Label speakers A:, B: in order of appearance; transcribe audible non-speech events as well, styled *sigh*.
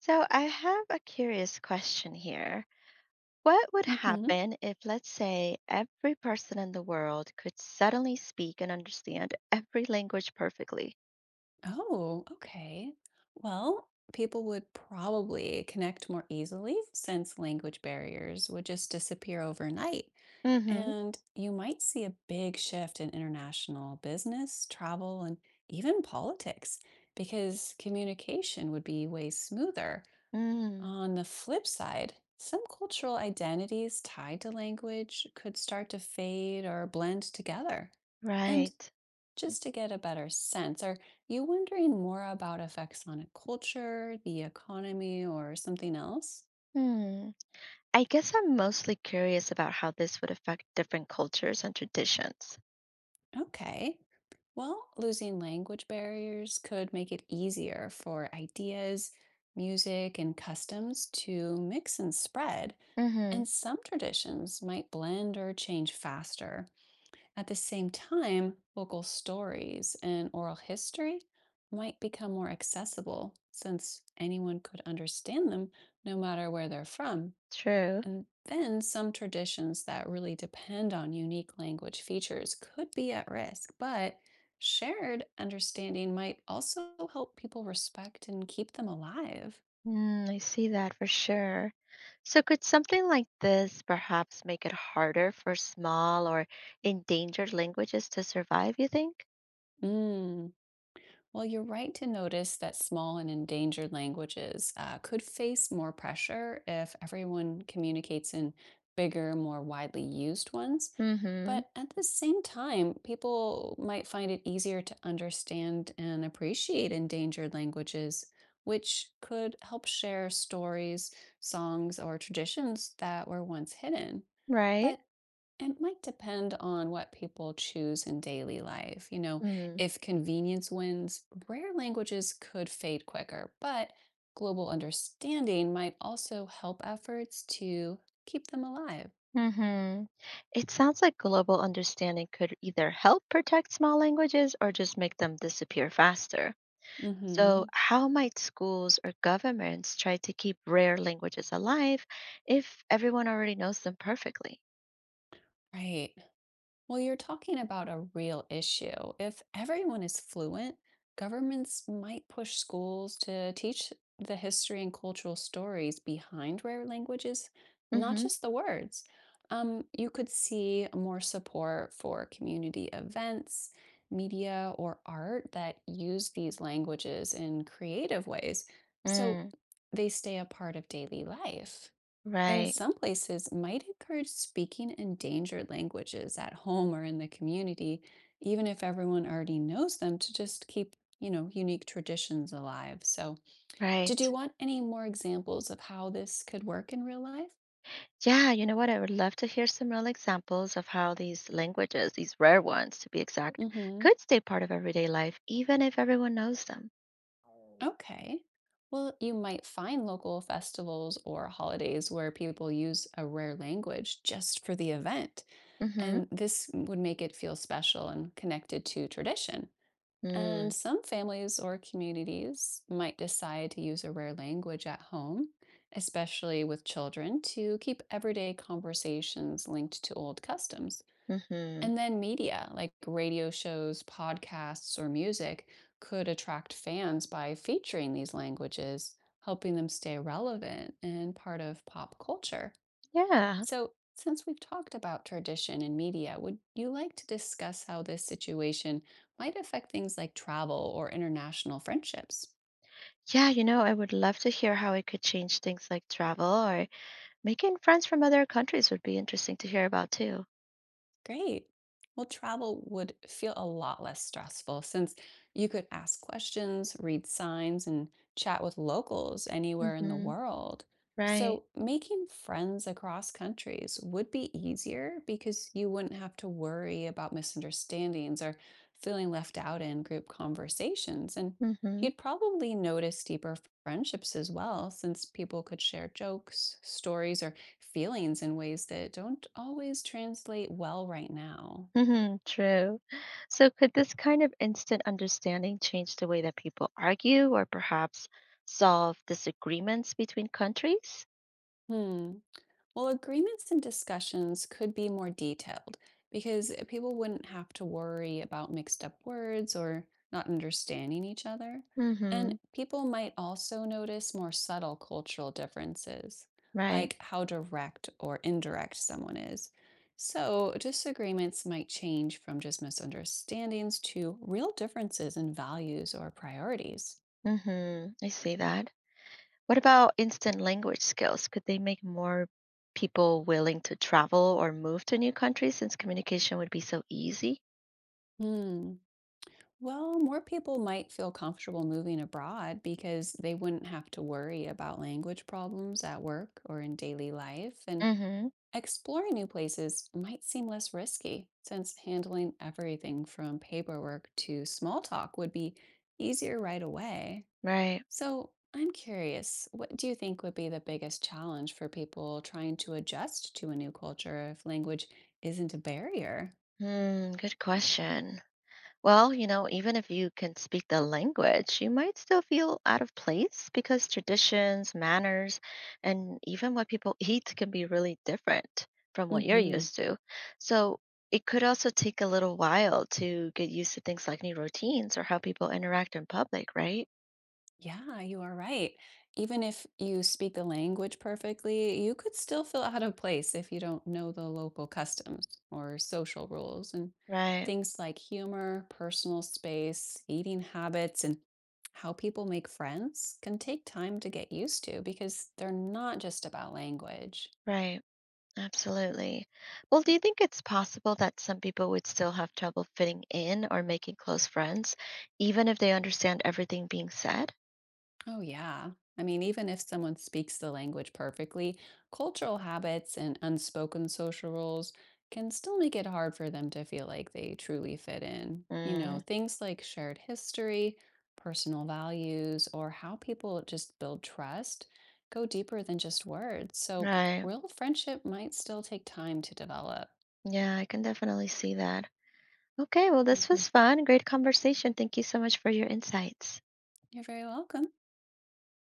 A: So I have a curious question here. What would
B: hmm
A: happen if, let's say, every person in the world could suddenly speak and understand every language perfectly?
B: Oh, okay. Well, people would probably connect more easily since language barriers would just disappear overnight.
A: Mm-hmm.
B: And you might see a big shift in international business, travel, and even politics because communication would be way smoother.
A: Mm,
B: On the flip side, some cultural identities tied to language could start to fade or blend together. And
A: right.
B: just to get a better sense, are you wondering more about effects on a culture, the economy, or something else?
A: Hmm. I guess I'm mostly curious about how this would affect different cultures and traditions.
B: Okay. Well, losing language barriers could make it easier for ideas, music, and customs to mix and spread,
A: Mm-hmm.
B: and some traditions might blend or change faster. At the same time, local stories and oral history might become more accessible since anyone could understand them no matter where they're from.
A: True.
B: And then some traditions that really depend on unique language features could be at risk, but shared understanding might also help people respect and keep them alive.
A: Mm, I see that for sure. So could something like this perhaps make it harder for small or endangered languages to survive, you think?
B: Mm. Well, you're right to notice that small and endangered languages could face more pressure if everyone communicates in bigger, more widely used ones.
A: Mm-hmm.
B: But at the same time, people might find it easier to understand and appreciate endangered languages, which could help share stories, songs, or traditions that were once hidden.
A: Right?
B: But it might depend on what people choose in daily life.
A: Mm.
B: If convenience wins, rare languages could fade quicker, but global understanding might also help efforts to keep them alive.
A: Mm-hmm. It sounds like global understanding could either help protect small languages or just make them disappear faster. So,
B: hmm
A: how might schools or governments try to keep rare languages alive if everyone already knows them perfectly?
B: Right. Well, you're talking about a real issue. If everyone is fluent, governments might push schools to teach the history and cultural stories behind rare languages, not
A: Mm-hmm.
B: just the words. You could see more support for community events, media, or art that use these languages in creative ways so
A: Mm,
B: they stay a part of daily life. And
A: right,
B: some places might encourage speaking endangered languages at home or in the community, even if everyone already knows them, to just keep unique traditions alive. So, did you
A: right.
B: want any more examples of how this could work in real life?
A: Yeah, you know what? I would love to hear some real examples of how these languages, these rare ones to be exact,
B: hmm
A: could stay part of everyday life even if everyone knows them.
B: Okay. Well, you might find local festivals or holidays where people use a rare language just for the event.
A: Mm-hmm.
B: And this would make it feel special and connected to tradition.
A: Mm,
B: And some families or communities might decide to use a rare language at home, especially with children, to keep everyday conversations linked to old customs.
A: hmm.
B: And then media, like radio shows, podcasts, or music, could attract fans by featuring these languages, helping them stay relevant and part of pop culture.
A: Yeah.
B: So, since we've talked about tradition and media, would you like to discuss how this situation might affect things like travel or international friendships?
A: Yeah, you know, I would love to hear how it could change things like travel or making friends from other countries would be interesting to hear about too.
B: Great. Well, travel would feel a lot less stressful since you could ask questions, read signs, and chat with locals anywhere in the
A: Mm-hmm.
B: world.
A: Right.
B: So, making friends across countries would be easier because you wouldn't have to worry about misunderstandings or feeling left out in group conversations. And
A: Mm-hmm.
B: you'd probably notice deeper friendships as well, since people could share jokes, stories, or feelings in ways that don't always translate well right now.
A: Mm-hmm. True. So could this kind of instant understanding change the way that people argue or perhaps solve disagreements between countries?
B: Hmm. Well, agreements and discussions could be more detailed because people wouldn't have to worry about mixed up words or not understanding each other. And
A: Mm-hmm.
B: people might also notice more subtle cultural differences,
A: Right.
B: like how direct or indirect someone is. So, disagreements might change from just misunderstandings to real differences in values or priorities.
A: Mm-hmm. I see that. What about instant language skills? Could they make more people willing to travel or move to new countries since communication would be so easy?
B: Hmm. Well, more people might feel comfortable moving abroad because they wouldn't have to worry about language problems at work or in daily life. And
A: Mm-hmm.
B: exploring new places might seem less risky since handling everything from paperwork to small talk would be easier right away.
A: Right.
B: So I'm curious, what do you think would be the biggest challenge for people trying to adjust to a new culture if language isn't a barrier?
A: Hmm, good question. Well, you know, even if you can speak the language, you might still feel out of place because traditions, manners, and even what people *laughs* eat can be really different from what you're
B: hmm
A: used to. So it could also take a little while to get used to things like new routines or how people interact in public, right?
B: Yeah, you are right. Even if you speak the language perfectly, you could still feel out of place if you don't know the local customs or social rules and
A: Right,
B: things like humor, personal space, eating habits, and how people make friends can take time to get used to because they're not just about language.
A: right. Absolutely. Well, do you think it's possible that some people would still have trouble fitting in or making close friends, even if they understand everything being said?
B: Oh, yeah. I mean, even if someone speaks the language perfectly, cultural habits and unspoken social rules can still make it hard for them to feel like they truly fit in.
A: Mm,
B: Things like shared history, personal values, or how people just build trust go deeper than just words. So,
A: right.
B: real friendship might still take time to develop.
A: Yeah, I can definitely see that. Okay, well, this
B: Mhm.
A: was fun. Great conversation. Thank you so much for your insights.
B: You're very welcome.